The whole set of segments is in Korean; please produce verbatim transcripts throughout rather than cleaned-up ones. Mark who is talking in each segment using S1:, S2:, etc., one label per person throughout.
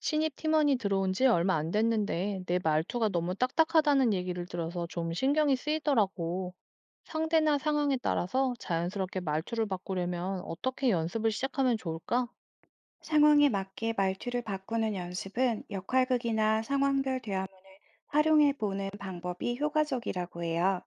S1: 신입 팀원이 들어온 지 얼마 안 됐는데 내 말투가 너무 딱딱하다는 얘기를 들어서 좀 신경이 쓰이더라고. 상대나 상황에 따라서 자연스럽게 말투를 바꾸려면 어떻게 연습을 시작하면 좋을까?
S2: 상황에 맞게 말투를 바꾸는 연습은 역할극이나 상황별 대화문을 활용해 보는 방법이 효과적이라고 해요.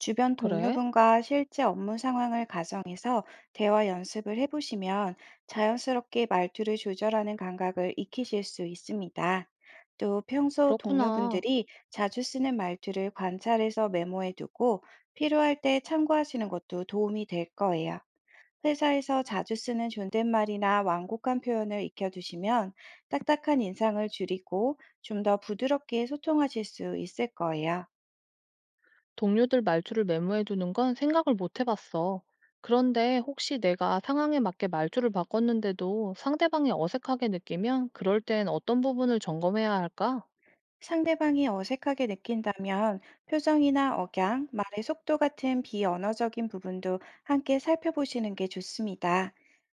S2: 주변
S1: 그래?
S2: 동료분과 실제 업무 상황을 가정해서 대화 연습을 해보시면 자연스럽게 말투를 조절하는 감각을 익히실 수 있습니다. 또 평소
S1: 그렇구나.
S2: 동료분들이 자주 쓰는 말투를 관찰해서 메모해 두고 필요할 때 참고하시는 것도 도움이 될 거예요. 회사에서 자주 쓰는 존댓말이나 완곡한 표현을 익혀두시면 딱딱한 인상을 줄이고 좀 더 부드럽게 소통하실 수 있을 거예요.
S1: 동료들 말투를 메모해 두는 건 생각을 못 해봤어. 그런데 혹시 내가 상황에 맞게 말투를 바꿨는데도 상대방이 어색하게 느끼면 그럴 땐 어떤 부분을 점검해야 할까?
S2: 상대방이 어색하게 느낀다면 표정이나 억양, 말의 속도 같은 비언어적인 부분도 함께 살펴보시는 게 좋습니다.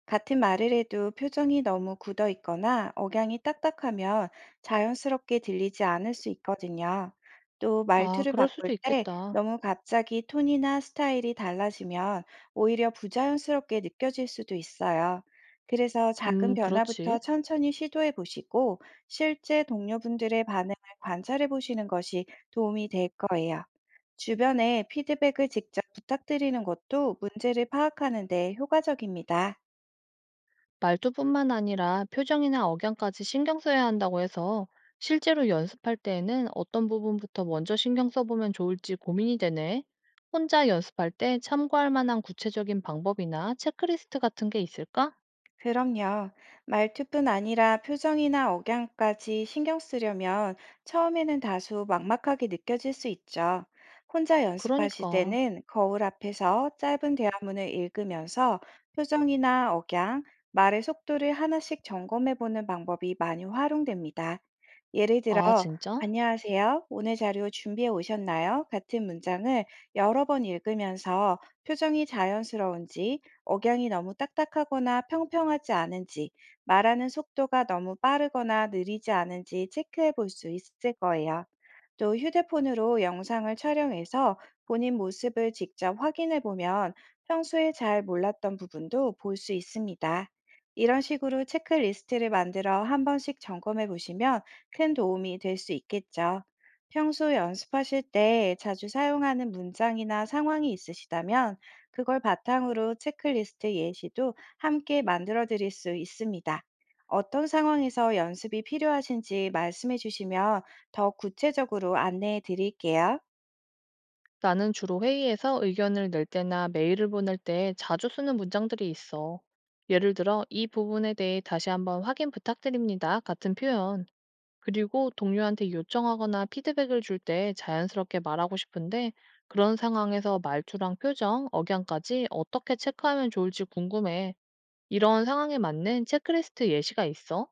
S2: 같은 말을 해도 표정이 너무 굳어 있거나 억양이 딱딱하면 자연스럽게 들리지 않을 수 있거든요. 또
S1: 아,
S2: 말투를
S1: 그럴 수도
S2: 바꿀 때
S1: 있겠다.
S2: 너무 갑자기 톤이나 스타일이 달라지면 오히려 부자연스럽게 느껴질 수도 있어요. 그래서 작은
S1: 음, 그렇지.
S2: 변화부터 천천히 시도해 보시고 실제 동료분들의 반응 관찰해 보시는 것이 도움이 될 거예요. 주변에 피드백을 직접 부탁드리는 것도 문제를 파악하는 데 효과적입니다.
S1: 말투뿐만 아니라 표정이나 억양까지 신경 써야 한다고 해서 실제로 연습할 때에는 어떤 부분부터 먼저 신경 써보면 좋을지 고민이 되네. 혼자 연습할 때 참고할 만한 구체적인 방법이나 체크리스트 같은 게 있을까?
S2: 그럼요. 말투뿐 아니라 표정이나 억양까지 신경 쓰려면 처음에는 다소 막막하게 느껴질 수 있죠. 혼자 연습하실
S1: 그러니까.
S2: 때는 거울 앞에서 짧은 대화문을 읽으면서 표정이나 억양, 말의 속도를 하나씩 점검해 보는 방법이 많이 활용됩니다. 예를 들어
S1: 아, 진짜?
S2: "안녕하세요. 오늘 자료 준비해 오셨나요?" 같은 문장을 여러 번 읽으면서 표정이 자연스러운지, 억양이 너무 딱딱하거나 평평하지 않은지, 말하는 속도가 너무 빠르거나 느리지 않은지 체크해 볼 수 있을 거예요. 또 휴대폰으로 영상을 촬영해서 본인 모습을 직접 확인해 보면 평소에 잘 몰랐던 부분도 볼 수 있습니다. 이런 식으로 체크리스트를 만들어 한 번씩 점검해 보시면 큰 도움이 될 수 있겠죠. 평소 연습하실 때 자주 사용하는 문장이나 상황이 있으시다면 그걸 바탕으로 체크리스트 예시도 함께 만들어 드릴 수 있습니다. 어떤 상황에서 연습이 필요하신지 말씀해 주시면 더 구체적으로 안내해 드릴게요.
S1: 나는 주로 회의에서 의견을 낼 때나 메일을 보낼 때 자주 쓰는 문장들이 있어. 예를 들어, "이 부분에 대해 다시 한번 확인 부탁드립니다." 같은 표현. 그리고 동료한테 요청하거나 피드백을 줄 때 자연스럽게 말하고 싶은데 그런 상황에서 말투랑 표정, 억양까지 어떻게 체크하면 좋을지 궁금해. 이런 상황에 맞는 체크리스트 예시가 있어?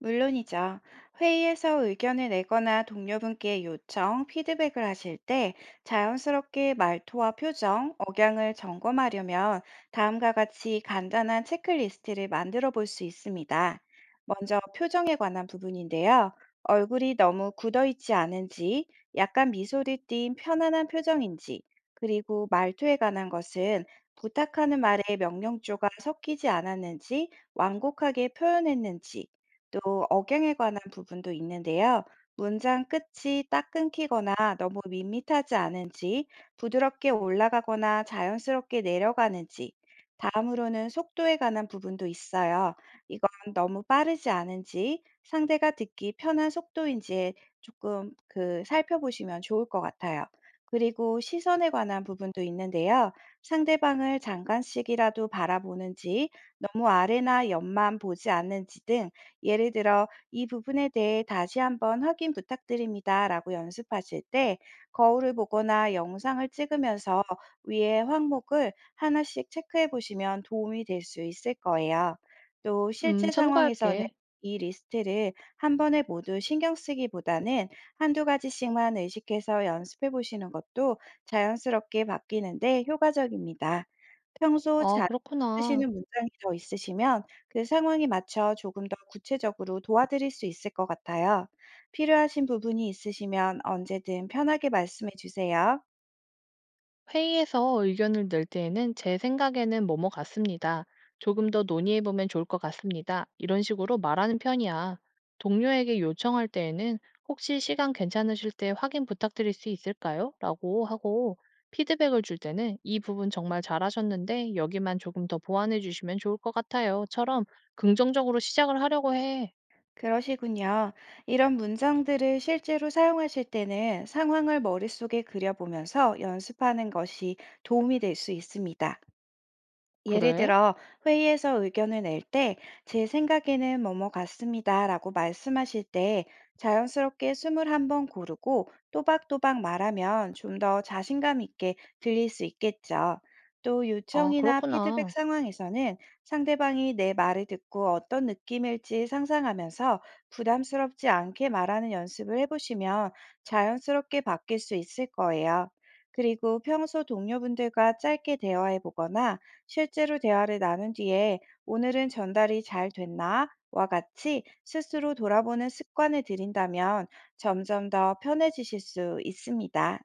S2: 물론이죠. 회의에서 의견을 내거나 동료분께 요청, 피드백을 하실 때 자연스럽게 말투와 표정, 억양을 점검하려면 다음과 같이 간단한 체크리스트를 만들어 볼 수 있습니다. 먼저 표정에 관한 부분인데요. 얼굴이 너무 굳어 있지 않은지, 약간 미소를 띤 편안한 표정인지, 그리고 말투에 관한 것은 부탁하는 말에 명령조가 섞이지 않았는지, 완곡하게 표현했는지, 또 억양에 관한 부분도 있는데요. 문장 끝이 딱 끊기거나 너무 밋밋하지 않은지, 부드럽게 올라가거나 자연스럽게 내려가는지, 다음으로는 속도에 관한 부분도 있어요. 이건 너무 빠르지 않은지, 상대가 듣기 편한 속도인지 조금 그 살펴보시면 좋을 것 같아요. 그리고 시선에 관한 부분도 있는데요. 상대방을 잠깐씩이라도 바라보는지, 너무 아래나 옆만 보지 않는지 등 예를 들어 "이 부분에 대해 다시 한번 확인 부탁드립니다."라고 연습하실 때 거울을 보거나 영상을 찍으면서 위의 항목을 하나씩 체크해 보시면 도움이 될 수 있을 거예요. 또
S1: 음,
S2: 실제 상황에서는
S1: 참고할게.
S2: 이 리스트를 한 번에 모두 신경 쓰기보다는 한두 가지씩만 의식해서 연습해 보시는 것도 자연스럽게 바뀌는 데 효과적입니다. 평소
S1: 아,
S2: 자주
S1: 그렇구나.
S2: 쓰시는 문장이 더 있으시면 그 상황에 맞춰 조금 더 구체적으로 도와드릴 수 있을 것 같아요. 필요하신 부분이 있으시면 언제든 편하게 말씀해 주세요.
S1: 회의에서 의견을 낼 때에는 "제 생각에는 뭐뭐 같습니다. 조금 더 논의해보면 좋을 것 같습니다." 이런 식으로 말하는 편이야. 동료에게 요청할 때에는 "혹시 시간 괜찮으실 때 확인 부탁드릴 수 있을까요? 라고 하고, 피드백을 줄 때는 "이 부분 정말 잘하셨는데 여기만 조금 더 보완해 주시면 좋을 것 같아요." 처럼 긍정적으로 시작을 하려고 해.
S2: 그러시군요. 이런 문장들을 실제로 사용하실 때는 상황을 머릿속에 그려보면서 연습하는 것이 도움이 될 수 있습니다. 예를
S1: 그래?
S2: 들어 회의에서 의견을 낼 때 제 생각에는 뭐뭐 같습니다라고 말씀하실 때 자연스럽게 숨을 한번 고르고 또박또박 말하면 좀 더 자신감 있게 들릴 수 있겠죠. 또
S1: 아,
S2: 요청이나 피드백
S1: 그렇구나.
S2: 상황에서는 상대방이 내 말을 듣고 어떤 느낌일지 상상하면서 부담스럽지 않게 말하는 연습을 해보시면 자연스럽게 바뀔 수 있을 거예요. 그리고 평소 동료분들과 짧게 대화해 보거나 실제로 대화를 나눈 뒤에 오늘은 전달이 잘 됐나? 와 같이 스스로 돌아보는 습관을 들인다면 점점 더 편해지실 수 있습니다.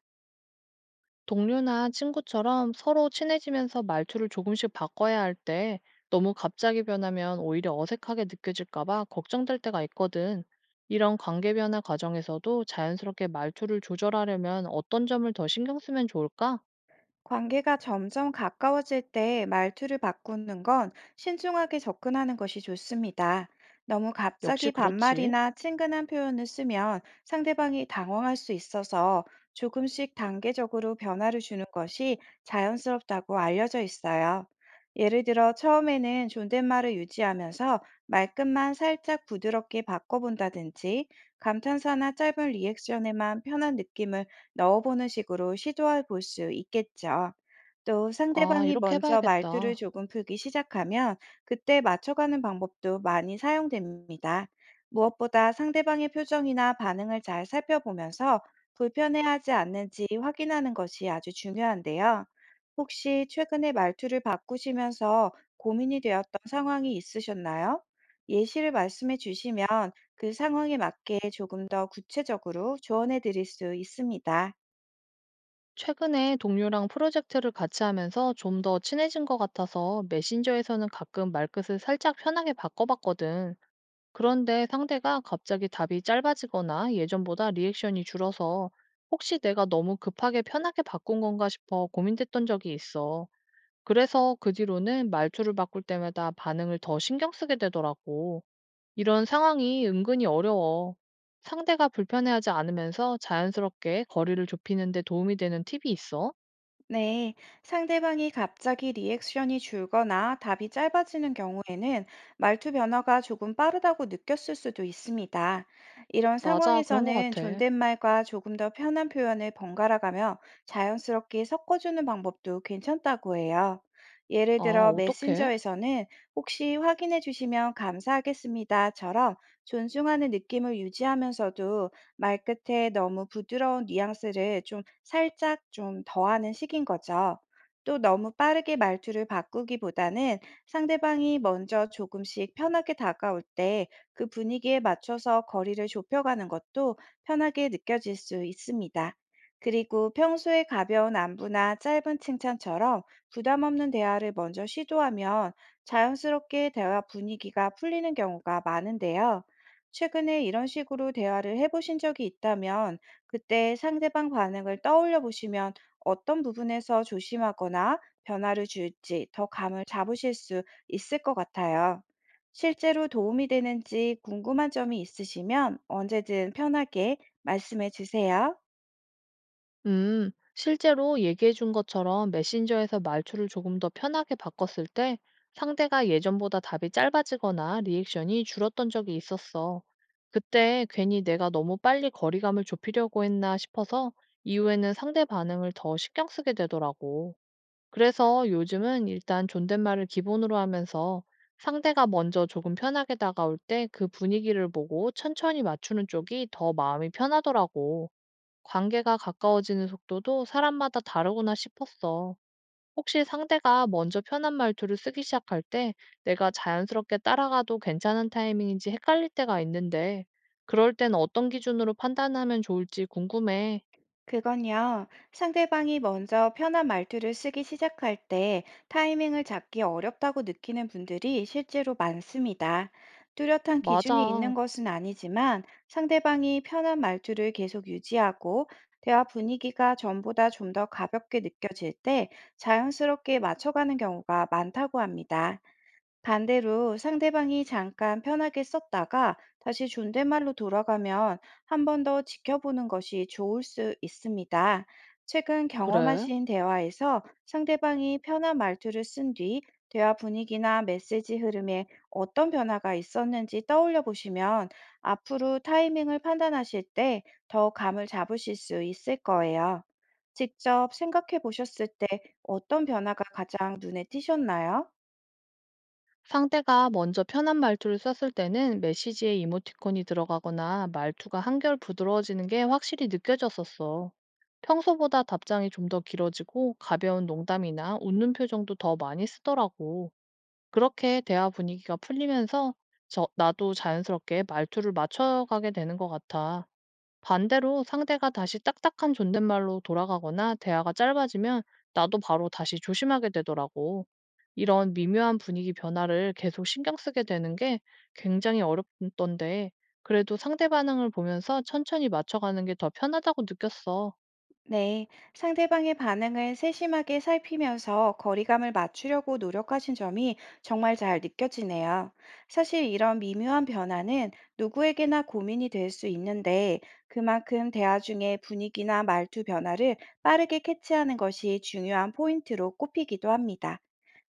S1: 동료나 친구처럼 서로 친해지면서 말투를 조금씩 바꿔야 할 때 너무 갑자기 변하면 오히려 어색하게 느껴질까봐 걱정될 때가 있거든. 이런 관계 변화 과정에서도 자연스럽게 말투를 조절하려면 어떤 점을 더 신경 쓰면 좋을까?
S2: 관계가 점점 가까워질 때 말투를 바꾸는 건 신중하게 접근하는 것이 좋습니다. 너무
S1: 역시
S2: 갑자기
S1: 그렇지.
S2: 반말이나 친근한 표현을 쓰면 상대방이 당황할 수 있어서 조금씩 단계적으로 변화를 주는 것이 자연스럽다고 알려져 있어요. 예를 들어 처음에는 존댓말을 유지하면서 말끝만 살짝 부드럽게 바꿔본다든지 감탄사나 짧은 리액션에만 편한 느낌을 넣어보는 식으로 시도해 볼 수 있겠죠. 또
S1: 아,
S2: 상대방이
S1: 이렇게
S2: 먼저 말투를
S1: 해봐야겠다.
S2: 조금 풀기 시작하면 그때 맞춰가는 방법도 많이 사용됩니다. 무엇보다 상대방의 표정이나 반응을 잘 살펴보면서 불편해하지 않는지 확인하는 것이 아주 중요한데요. 혹시 최근에 말투를 바꾸시면서 고민이 되었던 상황이 있으셨나요? 예시를 말씀해 주시면 그 상황에 맞게 조금 더 구체적으로 조언해 드릴 수 있습니다.
S1: 최근에 동료랑 프로젝트를 같이 하면서 좀 더 친해진 것 같아서 메신저에서는 가끔 말끝을 살짝 편하게 바꿔봤거든. 그런데 상대가 갑자기 답이 짧아지거나 예전보다 리액션이 줄어서 혹시 내가 너무 급하게 편하게 바꾼 건가 싶어 고민됐던 적이 있어. 그래서 그 뒤로는 말투를 바꿀 때마다 반응을 더 신경 쓰게 되더라고. 이런 상황이 은근히 어려워. 상대가 불편해하지 않으면서 자연스럽게 거리를 좁히는 데 도움이 되는 팁이 있어?
S2: 네, 상대방이 갑자기 리액션이 줄거나 답이 짧아지는 경우에는 말투 변화가 조금 빠르다고 느꼈을 수도 있습니다. 이런
S1: 맞아, 그런 것
S2: 상황에서는
S1: 같아.
S2: 존댓말과 조금 더 편한 표현을 번갈아가며 자연스럽게 섞어주는 방법도 괜찮다고 해요. 예를
S1: 아,
S2: 들어
S1: 어떡해.
S2: 메신저에서는 혹시 확인해 주시면 감사하겠습니다처럼 존중하는 느낌을 유지하면서도 말끝에 너무 부드러운 뉘앙스를 좀 살짝 좀 더하는 식인 거죠. 또 너무 빠르게 말투를 바꾸기보다는 상대방이 먼저 조금씩 편하게 다가올 때 그 분위기에 맞춰서 거리를 좁혀가는 것도 편하게 느껴질 수 있습니다. 그리고 평소에 가벼운 안부나 짧은 칭찬처럼 부담 없는 대화를 먼저 시도하면 자연스럽게 대화 분위기가 풀리는 경우가 많은데요. 최근에 이런 식으로 대화를 해보신 적이 있다면 그때 상대방 반응을 떠올려 보시면 어떤 부분에서 조심하거나 변화를 줄지 더 감을 잡으실 수 있을 것 같아요. 실제로 도움이 되는지 궁금한 점이 있으시면 언제든 편하게 말씀해 주세요.
S1: 음, 실제로 얘기해 준 것처럼 메신저에서 말투를 조금 더 편하게 바꿨을 때 상대가 예전보다 답이 짧아지거나 리액션이 줄었던 적이 있었어. 그때 괜히 내가 너무 빨리 거리감을 좁히려고 했나 싶어서 이후에는 상대 반응을 더 신경 쓰게 되더라고. 그래서 요즘은 일단 존댓말을 기본으로 하면서 상대가 먼저 조금 편하게 다가올 때 그 분위기를 보고 천천히 맞추는 쪽이 더 마음이 편하더라고. 관계가 가까워지는 속도도 사람마다 다르구나 싶었어. 혹시 상대가 먼저 편한 말투를 쓰기 시작할 때 내가 자연스럽게 따라가도 괜찮은 타이밍인지 헷갈릴 때가 있는데, 그럴 땐 어떤 기준으로 판단하면 좋을지 궁금해.
S2: 그건요, 상대방이 먼저 편한 말투를 쓰기 시작할 때 타이밍을 잡기 어렵다고 느끼는 분들이 실제로 많습니다. 뚜렷한 기준이
S1: 맞아.
S2: 있는 것은 아니지만 상대방이 편한 말투를 계속 유지하고 대화 분위기가 전보다 좀 더 가볍게 느껴질 때 자연스럽게 맞춰가는 경우가 많다고 합니다. 반대로 상대방이 잠깐 편하게 썼다가 다시 존댓말로 돌아가면 한 번 더 지켜보는 것이 좋을 수 있습니다. 최근
S1: 그래?
S2: 경험하신 대화에서 상대방이 편한 말투를 쓴 뒤 대화 분위기나 메시지 흐름에 어떤 변화가 있었는지 떠올려 보시면 앞으로 타이밍을 판단하실 때 더 감을 잡으실 수 있을 거예요. 직접 생각해 보셨을 때 어떤 변화가 가장 눈에 띄셨나요?
S1: 상대가 먼저 편한 말투를 썼을 때는 메시지에 이모티콘이 들어가거나 말투가 한결 부드러워지는 게 확실히 느껴졌었어. 평소보다 답장이 좀 더 길어지고 가벼운 농담이나 웃는 표정도 더 많이 쓰더라고. 그렇게 대화 분위기가 풀리면서 저, 나도 자연스럽게 말투를 맞춰가게 되는 것 같아. 반대로 상대가 다시 딱딱한 존댓말로 돌아가거나 대화가 짧아지면 나도 바로 다시 조심하게 되더라고. 이런 미묘한 분위기 변화를 계속 신경 쓰게 되는 게 굉장히 어렵던데, 그래도 상대 반응을 보면서 천천히 맞춰가는 게 더 편하다고 느꼈어.
S2: 네, 상대방의 반응을 세심하게 살피면서 거리감을 맞추려고 노력하신 점이 정말 잘 느껴지네요. 사실 이런 미묘한 변화는 누구에게나 고민이 될 수 있는데 그만큼 대화 중에 분위기나 말투 변화를 빠르게 캐치하는 것이 중요한 포인트로 꼽히기도 합니다.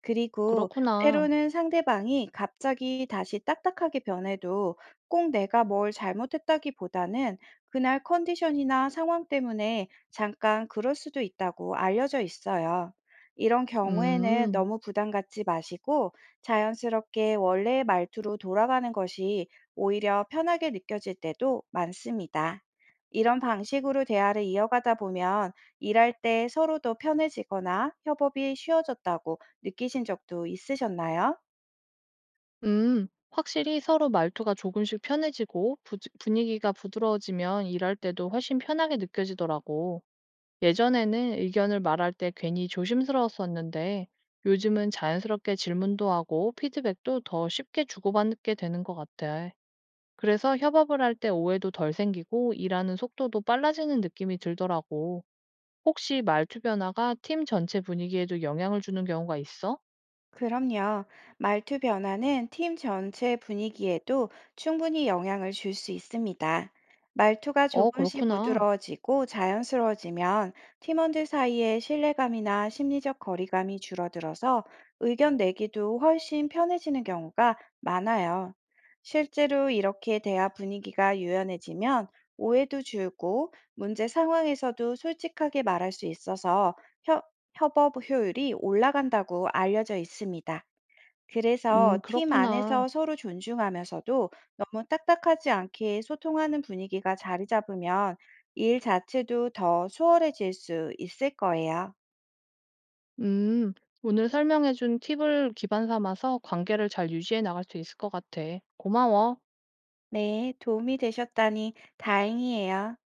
S2: 그리고
S1: 그렇구나.
S2: 때로는 상대방이 갑자기 다시 딱딱하게 변해도 꼭 내가 뭘 잘못했다기보다는 그날 컨디션이나 상황 때문에 잠깐 그럴 수도 있다고 알려져 있어요. 이런 경우에는
S1: 음,
S2: 너무 부담 갖지 마시고 자연스럽게 원래의 말투로 돌아가는 것이 오히려 편하게 느껴질 때도 많습니다. 이런 방식으로 대화를 이어가다 보면 일할 때 서로 더 편해지거나 협업이 쉬워졌다고 느끼신 적도 있으셨나요?
S1: 음. 확실히 서로 말투가 조금씩 편해지고 부- 분위기가 부드러워지면 일할 때도 훨씬 편하게 느껴지더라고. 예전에는 의견을 말할 때 괜히 조심스러웠었는데 요즘은 자연스럽게 질문도 하고 피드백도 더 쉽게 주고받게 되는 것 같아. 그래서 협업을 할 때 오해도 덜 생기고 일하는 속도도 빨라지는 느낌이 들더라고. 혹시 말투 변화가 팀 전체 분위기에도 영향을 주는 경우가 있어?
S2: 그럼요. 말투 변화는 팀 전체 분위기에도 충분히 영향을 줄 수 있습니다. 말투가
S1: 어,
S2: 조금씩
S1: 그렇구나.
S2: 부드러워지고 자연스러워지면 팀원들 사이의 신뢰감이나 심리적 거리감이 줄어들어서 의견 내기도 훨씬 편해지는 경우가 많아요. 실제로 이렇게 대화 분위기가 유연해지면 오해도 줄고 문제 상황에서도 솔직하게 말할 수 있어서 협업 효율이 올라간다고 알려져 있습니다. 그래서
S1: 음,
S2: 팀
S1: 그렇구나.
S2: 안에서 서로 존중하면서도 너무 딱딱하지 않게 소통하는 분위기가 자리 잡으면 일 자체도 더 수월해질 수 있을 거예요.
S1: 음, 오늘 설명해준 팁을 기반 삼아서 관계를 잘 유지해 나갈 수 있을 것 같아. 고마워.
S2: 네, 도움이 되셨다니 다행이에요.